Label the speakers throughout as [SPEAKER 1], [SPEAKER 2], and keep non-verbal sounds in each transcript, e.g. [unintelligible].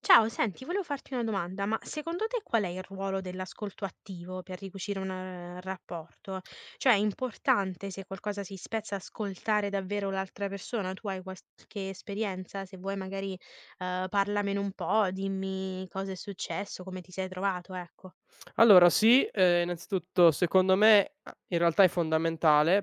[SPEAKER 1] Ciao, senti, volevo farti una domanda, ma secondo te qual è il ruolo dell'ascolto attivo per ricucire un rapporto? Cioè, è importante se qualcosa si spezza ascoltare davvero l'altra persona? Tu hai qualche esperienza? Se vuoi magari parlamene un po', dimmi cosa è successo, come ti sei trovato, ecco.
[SPEAKER 2] Allora sì, innanzitutto secondo me a in realtà è fondamentale,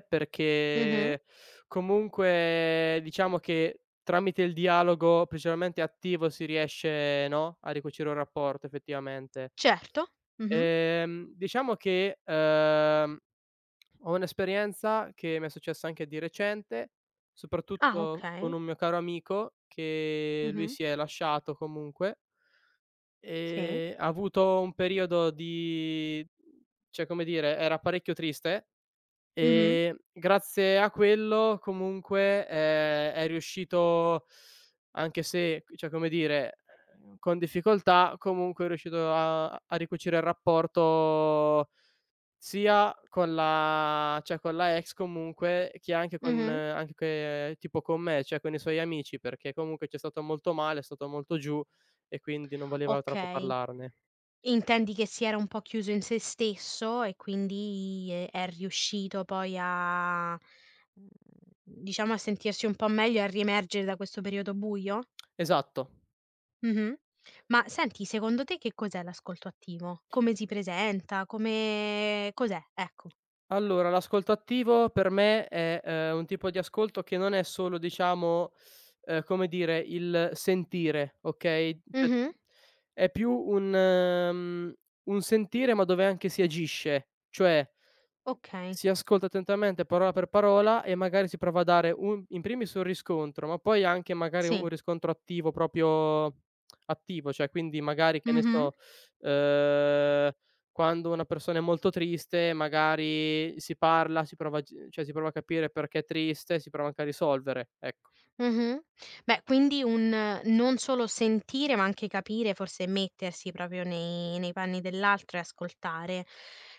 [SPEAKER 1] Mh-mh.
[SPEAKER 2] perché comunque diciamo che tramite il dialogo, principalmente attivo, si riesce, no, a ricucire un rapporto effettivamente.
[SPEAKER 1] Certo. Mh-mh.
[SPEAKER 2] Diciamo che, ho un'esperienza che mi è successa anche di recente,
[SPEAKER 1] Ah,
[SPEAKER 2] soprattutto con
[SPEAKER 1] okay.
[SPEAKER 2] un mio caro amico che lui
[SPEAKER 1] Mh-mh.
[SPEAKER 2] si è lasciato comunque.
[SPEAKER 1] Sì.
[SPEAKER 2] Ha avuto un periodo di, cioè, come dire, era parecchio triste,
[SPEAKER 1] Mh-mh.
[SPEAKER 2] grazie a quello comunque, è riuscito, anche se, cioè, come dire, con difficoltà comunque è riuscito a ricucire il rapporto sia con la, cioè con la ex comunque, che anche con,
[SPEAKER 1] Mh-mh.
[SPEAKER 2] anche che tipo con me, cioè con i suoi amici, perché comunque c'è stato molto male, è stato molto giù e quindi non voleva troppo
[SPEAKER 1] Okay.
[SPEAKER 2] parlarne.
[SPEAKER 1] Intendi che si era un po' chiuso in se stesso e quindi è riuscito poi a mhmm, diciamo a sentirsi un po' meglio e a riemergere da questo periodo buio?
[SPEAKER 2] Esatto.
[SPEAKER 1] Mh-mh. Ma senti, secondo te che cos'è l'ascolto attivo? Come si presenta? Come cos'è? Ecco.
[SPEAKER 2] Allora, l'ascolto attivo per me è, un tipo di ascolto che non è solo, diciamo, come dire, il sentire, okay, cioè
[SPEAKER 1] Mh-mh.
[SPEAKER 2] è più un, un sentire, ma dove anche si agisce. Cioè,
[SPEAKER 1] Okay,
[SPEAKER 2] si ascolta attentamente parola per parola e magari si prova a dare un in primis un riscontro, ma poi anche magari
[SPEAKER 1] sì.
[SPEAKER 2] un riscontro attivo, proprio attivo, cioè, quindi magari, che ne
[SPEAKER 1] Mh-mh.
[SPEAKER 2] so, ehm, quando una persona è molto triste magari si parla, si prova a g cioè si prova a capire perché è triste, si prova anche a risolvere, ecco.
[SPEAKER 1] Mh-mh. Beh, quindi un non solo sentire, ma anche capire, forse mettersi proprio nei panni dell'altro e ascoltare.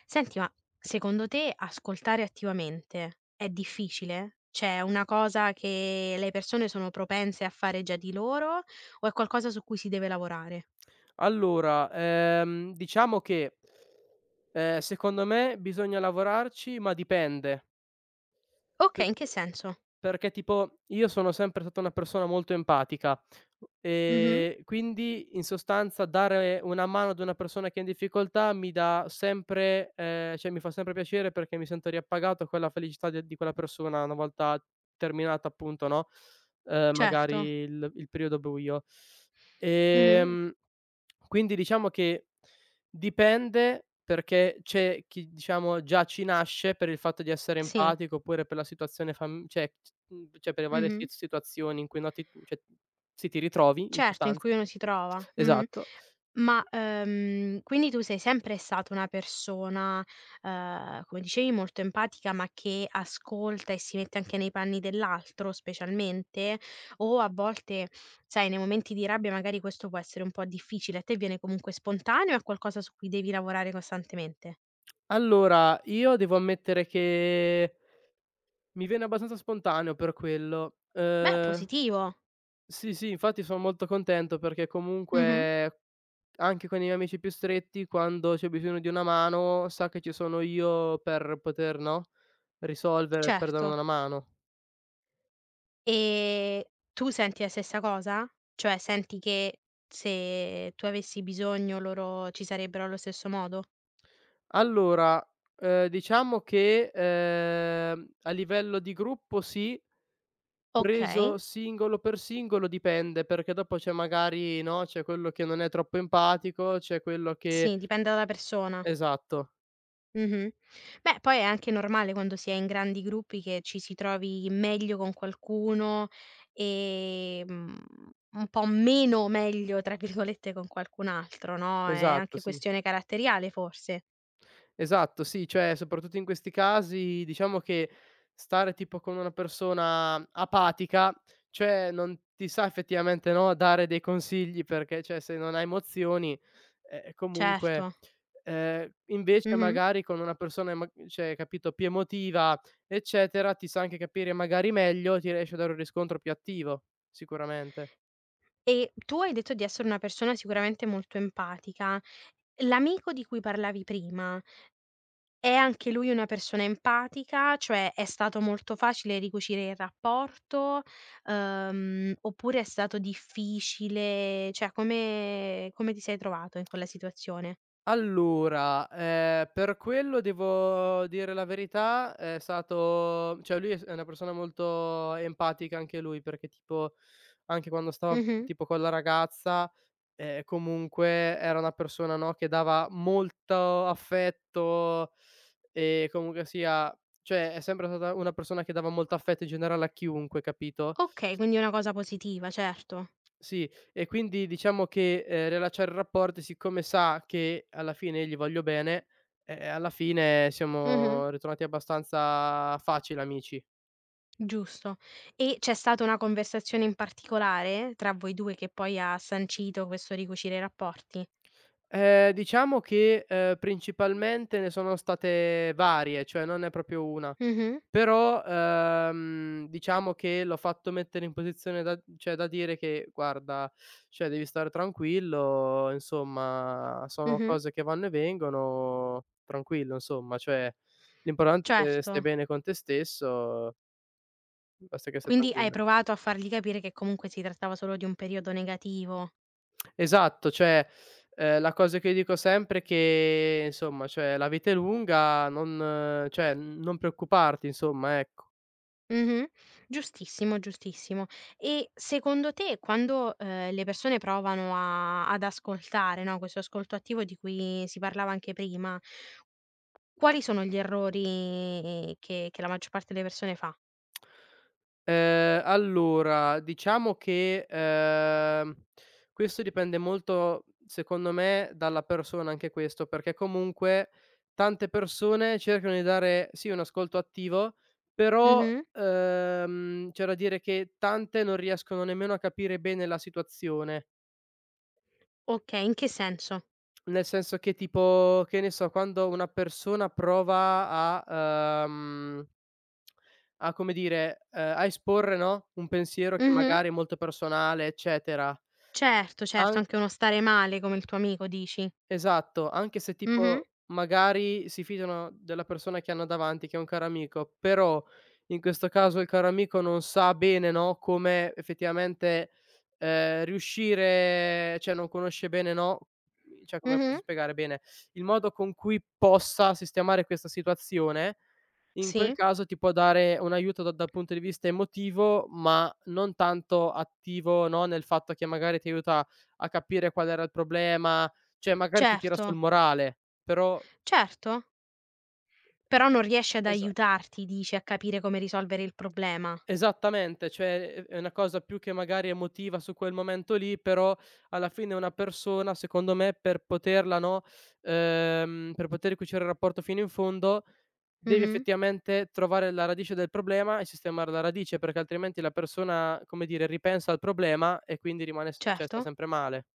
[SPEAKER 1] Senti, ma secondo te ascoltare attivamente è difficile? Cioè è una cosa che le persone sono propense a fare già di loro o è qualcosa su cui si deve lavorare?
[SPEAKER 2] Allora, diciamo che, secondo me bisogna lavorarci, ma dipende. [unintelligible]
[SPEAKER 1] Okay, in che senso?
[SPEAKER 2] Perché tipo io sono sempre stata una persona molto empatica,
[SPEAKER 1] Mh-mh.
[SPEAKER 2] quindi in sostanza dare una mano ad una persona che è in difficoltà mi dà sempre, cioè, mi fa sempre piacere, perché mi sento riappagato a quella felicità de di quella persona una volta terminata, appunto, no, magari
[SPEAKER 1] Certo.
[SPEAKER 2] il periodo buio.
[SPEAKER 1] Mh-mh.
[SPEAKER 2] Ehm quindi diciamo che dipende, perché c'è chi, diciamo, già ci nasce per il fatto di essere
[SPEAKER 1] Sì.
[SPEAKER 2] empatico, oppure per la situazione, fam cioè cioè per le varie
[SPEAKER 1] Mh-mh.
[SPEAKER 2] situazioni in cui, no, ti, cioè, sì, ti ritrovi, in
[SPEAKER 1] Certo, in
[SPEAKER 2] sostanza.
[SPEAKER 1] cui uno si trova. Mh-mh.
[SPEAKER 2] Esatto.
[SPEAKER 1] Ma, quindi tu sei sempre stata una persona, come dicevi molto empatica, ma che ascolta e si mette anche nei panni dell'altro specialmente? O a volte, sai, nei momenti di rabbia magari questo può essere un po' difficile, a te viene comunque spontaneo o è qualcosa su cui devi lavorare costantemente?
[SPEAKER 2] Allora, io devo ammettere che mi viene abbastanza spontaneo per quello.
[SPEAKER 1] Beh, positivo.
[SPEAKER 2] Sì, sì, infatti son molto contento, perché
[SPEAKER 1] Mh-mh.
[SPEAKER 2] comunque anche con i miei amici più stretti, quando c'è bisogno di una mano, sa che ci sono io per poter, no, risolvere, per dare
[SPEAKER 1] Certo.
[SPEAKER 2] una mano.
[SPEAKER 1] E tu senti la stessa cosa? Cioè senti che se tu avessi bisogno loro ci sarebbero allo stesso modo?
[SPEAKER 2] Allora, diciamo che, a livello di gruppo sì,
[SPEAKER 1] Okay,
[SPEAKER 2] preso singolo per singolo dipende, perché dopo c'è magari, no, c'è quello che non è troppo empatico, c'è quello che...
[SPEAKER 1] sì, dipende dalla persona.
[SPEAKER 2] Esatto,
[SPEAKER 1] Mh-mh. Beh, poi è anche normale quando si è in grandi gruppi che ci si trovi meglio con qualcuno, ehm, un po' "meno meglio" tra virgolette con qualcun altro, no, è
[SPEAKER 2] esatto,
[SPEAKER 1] anche
[SPEAKER 2] sì.
[SPEAKER 1] questione caratteriale forse.
[SPEAKER 2] Esatto, sì, cioè soprattutto in questi casi diciamo che stare tipo con una persona apatica, cioè non ti sa effettivamente, no, dare dei consigli, perché, cioè, se non hai emozioni, comunque,
[SPEAKER 1] Certo.
[SPEAKER 2] invece
[SPEAKER 1] Mh-mh.
[SPEAKER 2] magari con una persona, ma, cioè, capito, più emotiva, eccetera, ti sa anche capire magari meglio, ti riesce a dare un riscontro più attivo, sicuramente.
[SPEAKER 1] E tu hai detto di essere una persona sicuramente molto empatica. L'amico di cui parlavi prima, è anche lui una persona empatica? Cioè, è stato molto facile ricucire il rapporto, oppure è stato difficile? Cioè, come ti sei trovato in quella situazione?
[SPEAKER 2] Allora, per quello devo dire la verità, è stato, cioè lui è una persona molto empatica anche lui, perché tipo anche quando stava
[SPEAKER 1] Mh-mh.
[SPEAKER 2] tipo con la ragazza, comunque era una persona, no, che dava molto affetto e comunque sia, cioè, è sempre stata una persona che dava molto affetto in generale a chiunque, capito?
[SPEAKER 1] Okay, quindi è una cosa positiva, certo.
[SPEAKER 2] Sì, e quindi diciamo che, riallacciare il rapporto, siccome sa che alla fine gli voglio bene, alla fine
[SPEAKER 1] Mh-mh.
[SPEAKER 2] siamo ritornati abbastanza facile amici.
[SPEAKER 1] Giusto. E c'è stata una conversazione in particolare tra voi 2 che poi ha sancito questo ricucire i rapporti?
[SPEAKER 2] Diciamo che, principalmente ne sono state varie, cioè non è proprio una.
[SPEAKER 1] Mh-mh.
[SPEAKER 2] Però, diciamo che l'ho fatto mettere in posizione da, cioè, da dire che: "Guarda, cioè devi stare tranquillo, insomma, sono
[SPEAKER 1] Mh-mh.
[SPEAKER 2] cose che vanno e vengono, tranquillo, insomma, cioè l'importante è che stai
[SPEAKER 1] Certo.
[SPEAKER 2] bene con te stesso, basta che stai
[SPEAKER 1] Quindi hai
[SPEAKER 2] tranquillo".
[SPEAKER 1] provato a fargli capire che comunque si trattava solo di un periodo negativo.
[SPEAKER 2] Esatto, cioè, la cosa che io dico sempre è che, insomma, cioè, la vita è lunga, non cioè, non preoccuparti, insomma, ecco.
[SPEAKER 1] Mh-mh. Giustissimo, giustissimo. E secondo te quando, le persone provano a ad ascoltare, no, questo ascolto attivo di cui si parlava anche prima, quali sono gli errori che la maggior parte delle persone fa?
[SPEAKER 2] Allora, diciamo che, questo dipende molto, secondo me, dalla persona anche questo, perché comunque tante persone cercano di dare, sì, un ascolto attivo, però,
[SPEAKER 1] Mh-mh.
[SPEAKER 2] c'è da dire che tante non riescono nemmeno a capire bene la situazione.
[SPEAKER 1] Okay, in che senso?
[SPEAKER 2] Nel senso che, tipo, che ne so, quando una persona prova a, a, come dire, a esporre, no, un pensiero che
[SPEAKER 1] Mh-mh.
[SPEAKER 2] magari è molto personale, eccetera.
[SPEAKER 1] Certo, certo,
[SPEAKER 2] An
[SPEAKER 1] anche uno stare male come il tuo amico dici.
[SPEAKER 2] Esatto, anche se
[SPEAKER 1] Mh-mh.
[SPEAKER 2] tipo magari si fidano della persona che hanno davanti, che è un caro amico, però in questo caso il caro amico non sa bene, no, come effettivamente, riuscire, cioè non conosce bene, no, cioè, come posso
[SPEAKER 1] Mh-mh.
[SPEAKER 2] spiegare bene, il modo con cui possa sistemare questa situazione. In quel
[SPEAKER 1] Sì.
[SPEAKER 2] caso ti può dare un aiuto da dal punto di vista emotivo, ma non tanto attivo, no, nel fatto che magari ti aiuta a capire qual era il problema, cioè magari ti tira
[SPEAKER 1] Certo,
[SPEAKER 2] sul morale, però...
[SPEAKER 1] certo. Però non riesce ad
[SPEAKER 2] esa
[SPEAKER 1] aiutarti dici, a capire come risolvere il problema.
[SPEAKER 2] Esattamente, cioè è una cosa più che magari emotiva su quel momento lì, però alla fine una persona, secondo me, per poterla, no, per poter cucire il rapporto fino in fondo, devi
[SPEAKER 1] Mh-mh.
[SPEAKER 2] effettivamente trovare la radice del problema e sistemare la radice, perché altrimenti la persona, come dire, ripensa al problema e quindi rimane s cioè sta
[SPEAKER 1] Certo.
[SPEAKER 2] sempre male.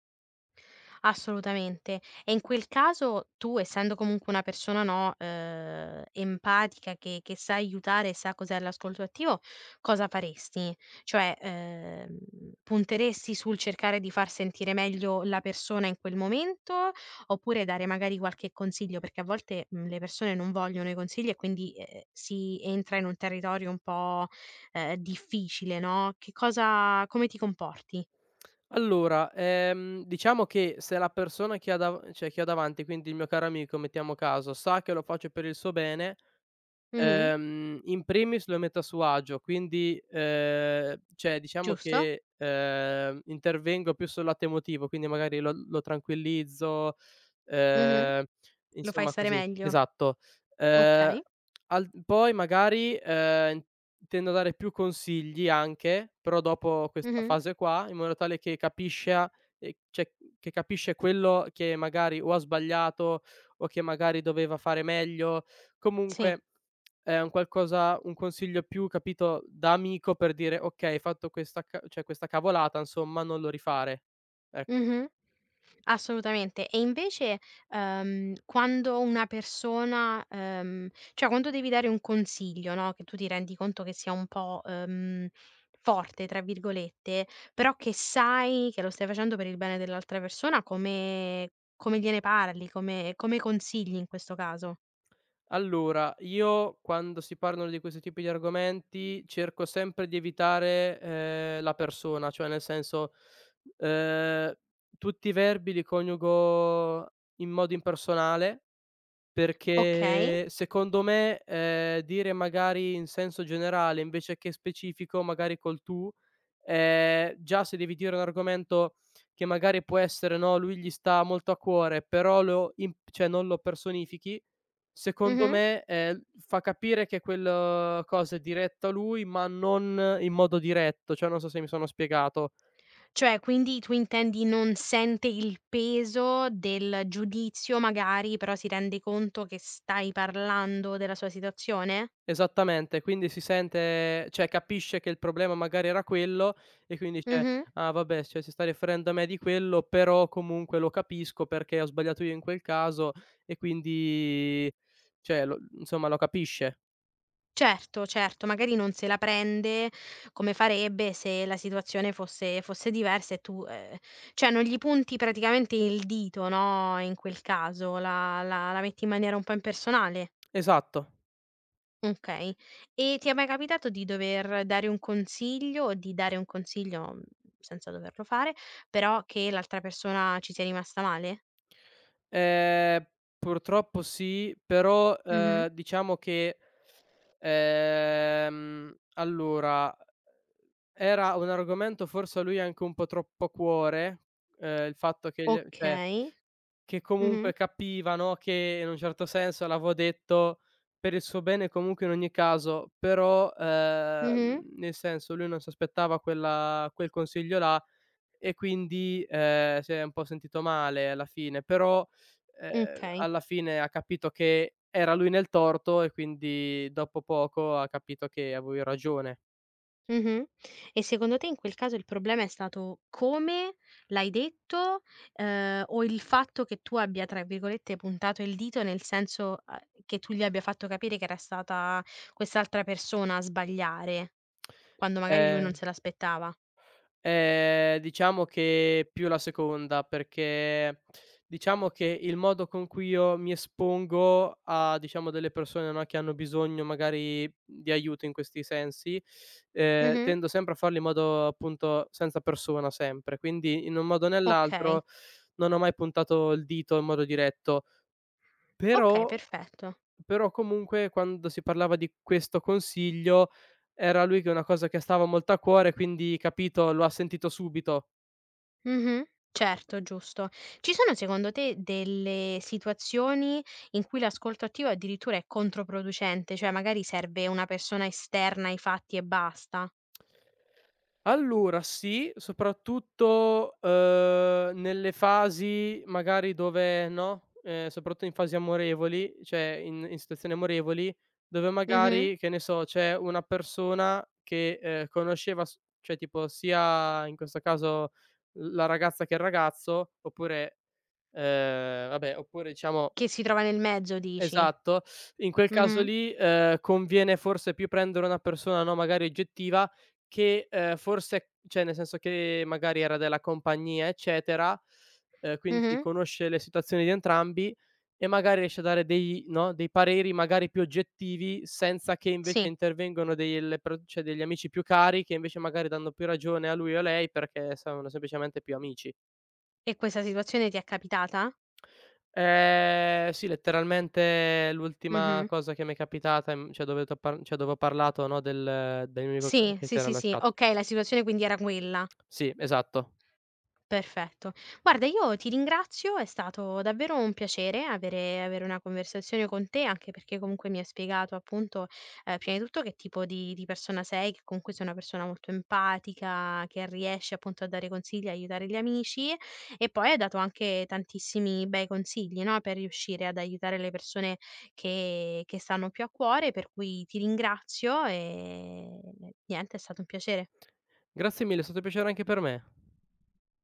[SPEAKER 1] Assolutamente. E in quel caso tu, essendo comunque una persona, no, empatica che sa aiutare, sa cos'è l'ascolto attivo, cosa faresti? Cioè, punteresti sul cercare di far sentire meglio la persona in quel momento, oppure dare magari qualche consiglio? Perché a volte, le persone non vogliono i consigli e quindi, si entra in un territorio un po', difficile, no, che cosa come ti comporti?
[SPEAKER 2] Allora, diciamo che se la persona che ha dav cioè che ho davanti, quindi il mio caro amico, mettiamo caso, sa che lo faccio per il suo bene.
[SPEAKER 1] Mh-mh.
[SPEAKER 2] In primis lo mette a suo agio, quindi, cioè diciamo
[SPEAKER 1] Giusto?
[SPEAKER 2] che, intervengo più sul lato emotivo, quindi magari lo tranquillizzo,
[SPEAKER 1] Mh-mh.
[SPEAKER 2] ehm,
[SPEAKER 1] Lo fai
[SPEAKER 2] insomma
[SPEAKER 1] stare
[SPEAKER 2] così.
[SPEAKER 1] meglio.
[SPEAKER 2] Esatto. Ehm,
[SPEAKER 1] Okay.
[SPEAKER 2] al Poi magari, intendo dare più consigli anche, però dopo questa
[SPEAKER 1] Mh-mh.
[SPEAKER 2] fase qua, in modo tale che capisca, cioè, che capisce quello che magari o ha sbagliato o che magari doveva fare meglio.
[SPEAKER 1] Sì.
[SPEAKER 2] Comunque è un qualcosa, un consiglio più, capito, da amico, per dire: "Okay, hai fatto questa, ca cioè questa cavolata, insomma, non lo rifare". Ecco.
[SPEAKER 1] Mh-mh. Assolutamente. E invece, quando una persona, cioè quando devi dare un consiglio, no, che tu ti rendi conto che sia un po', "forte" tra virgolette, però che sai che lo stai facendo per il bene dell'altra persona, come gliene parli, come consigli in questo caso?
[SPEAKER 2] Allora, io quando si parlano di questo tipi di argomenti cerco sempre di evitare, la persona, cioè, nel senso, ehm, tutti i verbi li coniugo in modo impersonale.
[SPEAKER 1] Okay.
[SPEAKER 2] Perché, secondo me, dire magari in senso generale invece che specifico, magari col tu, già se devi dire un argomento che magari può essere, no, lui gli sta molto a cuore, però lo imp cioè non lo personifichi, secondo
[SPEAKER 1] Mh-mh.
[SPEAKER 2] me, fa capire che quella cosa è diretta a lui, ma non in modo diretto, cioè non so se mi sono spiegato.
[SPEAKER 1] Cioè, quindi tu intendi non sente il peso del giudizio magari, però si rende conto che stai parlando della sua situazione?
[SPEAKER 2] Esattamente, quindi si sente, cioè capisce che il problema magari era quello, e quindi dice:
[SPEAKER 1] Mh-mh.
[SPEAKER 2] "Ah, vabbè, cioè si sta riferendo a me di quello, però comunque lo capisco perché ho sbagliato io in quel caso", e quindi, cioè, lo, insomma, lo capisce.
[SPEAKER 1] Certo, certo, magari non se la prende come farebbe se la situazione fosse diversa e tu cioè non gli punti praticamente il dito, no, in quel caso, la metti in maniera un po' impersonale.
[SPEAKER 2] Esatto.
[SPEAKER 1] Okay. E ti è mai capitato di dover dare un consiglio o di dare un consiglio, senza doverlo fare, però che l'altra persona ci sia rimasta male?
[SPEAKER 2] Ehm, Purtroppo sì, però,
[SPEAKER 1] Mh-mh.
[SPEAKER 2] diciamo che, allora, era un argomento forse a lui anche un po' troppo a cuore, il fatto che gli, cioè,
[SPEAKER 1] Okay.
[SPEAKER 2] che
[SPEAKER 1] Mh-mh.
[SPEAKER 2] comunque capiva, no, che in un certo senso l'avevo detto per il suo bene comunque in ogni caso, però,
[SPEAKER 1] Mh-mh.
[SPEAKER 2] nel senso, lui non si aspettava quel consiglio là e quindi, si è un po' sentito male alla fine, però, ehm,
[SPEAKER 1] Okay.
[SPEAKER 2] alla fine ha capito che era lui nel torto e quindi dopo poco ha capito che avevo io ragione.
[SPEAKER 1] Mh-mh. E secondo te in quel caso il problema è stato come l'hai detto, o il fatto che tu abbia, tra virgolette, "puntato il dito", nel senso, che tu gli abbia fatto capire che era stata quest'altra persona a sbagliare, quando magari lui
[SPEAKER 2] Eh
[SPEAKER 1] non se l'aspettava?
[SPEAKER 2] Diciamo che più la seconda, perché diciamo che il modo con cui io mi espongo a, diciamo, delle persone, no, che hanno bisogno magari di aiuto in questi sensi,
[SPEAKER 1] Mh-mh.
[SPEAKER 2] tendo sempre a farlo in modo, appunto, senza persona sempre, quindi in un modo o
[SPEAKER 1] Okay.
[SPEAKER 2] nell'altro non ho mai puntato il dito in modo diretto.
[SPEAKER 1] Okay,
[SPEAKER 2] Però
[SPEAKER 1] perfetto.
[SPEAKER 2] Però comunque quando si parlava di questo consiglio, era lui che è una cosa che stava molto a cuore, quindi capito, lo ha sentito subito.
[SPEAKER 1] Mh-mh. Certo, giusto. Ci sono secondo te delle situazioni in cui l'ascolto attivo addirittura è controproducente, cioè magari serve una persona esterna ai fatti e basta?
[SPEAKER 2] Allora sì, soprattutto, nelle fasi magari dove, no, soprattutto in fasi amorevoli, cioè in situazioni amorevoli, dove
[SPEAKER 1] Mh-mh.
[SPEAKER 2] magari, che ne so, c'è una persona che, conosceva, s cioè tipo, sia in questo caso l la ragazza che il ragazzo, oppure, vabbè, oppure diciamo...
[SPEAKER 1] Che si trova nel mezzo dici?
[SPEAKER 2] Esatto. In quel caso
[SPEAKER 1] Mh-mh.
[SPEAKER 2] lì, conviene forse più prendere una persona, no, magari oggettiva, che, forse, cioè, nel senso, che magari era della compagnia, eccetera, quindi
[SPEAKER 1] Mh-mh.
[SPEAKER 2] conosce le situazioni di entrambi e magari riesce a dare dei, no, dei pareri magari più oggettivi, senza che invece
[SPEAKER 1] Sì.
[SPEAKER 2] intervengono delle, per cioè degli amici più cari che invece magari danno più ragione a lui o a lei perché sono semplicemente più amici.
[SPEAKER 1] E questa situazione ti è capitata?
[SPEAKER 2] Sì, letteralmente l'ultima
[SPEAKER 1] Mh-mh.
[SPEAKER 2] cosa che m'è capitata, cioè, dove t'ho par cioè dove ho parlato, no, del mio amico
[SPEAKER 1] Sì,
[SPEAKER 2] che
[SPEAKER 1] sì,
[SPEAKER 2] si era
[SPEAKER 1] sì, sì.
[SPEAKER 2] lasciato.
[SPEAKER 1] Okay, la situazione quindi era quella.
[SPEAKER 2] Sì, esatto.
[SPEAKER 1] Perfetto. Guarda io ti ringrazio, è stato davvero un piacere avere una conversazione con te, anche perché comunque mi hai spiegato appunto, prima di tutto che tipo di persona sei, che comunque sei una persona molto empatica, che riesce appunto a dare consigli, a aiutare gli amici e poi hai dato anche tantissimi bei consigli, no, per riuscire ad aiutare le persone che stanno più a cuore, per cui ti ringrazio e niente, è stato un piacere.
[SPEAKER 2] Grazie mille, è stato un piacere anche per me.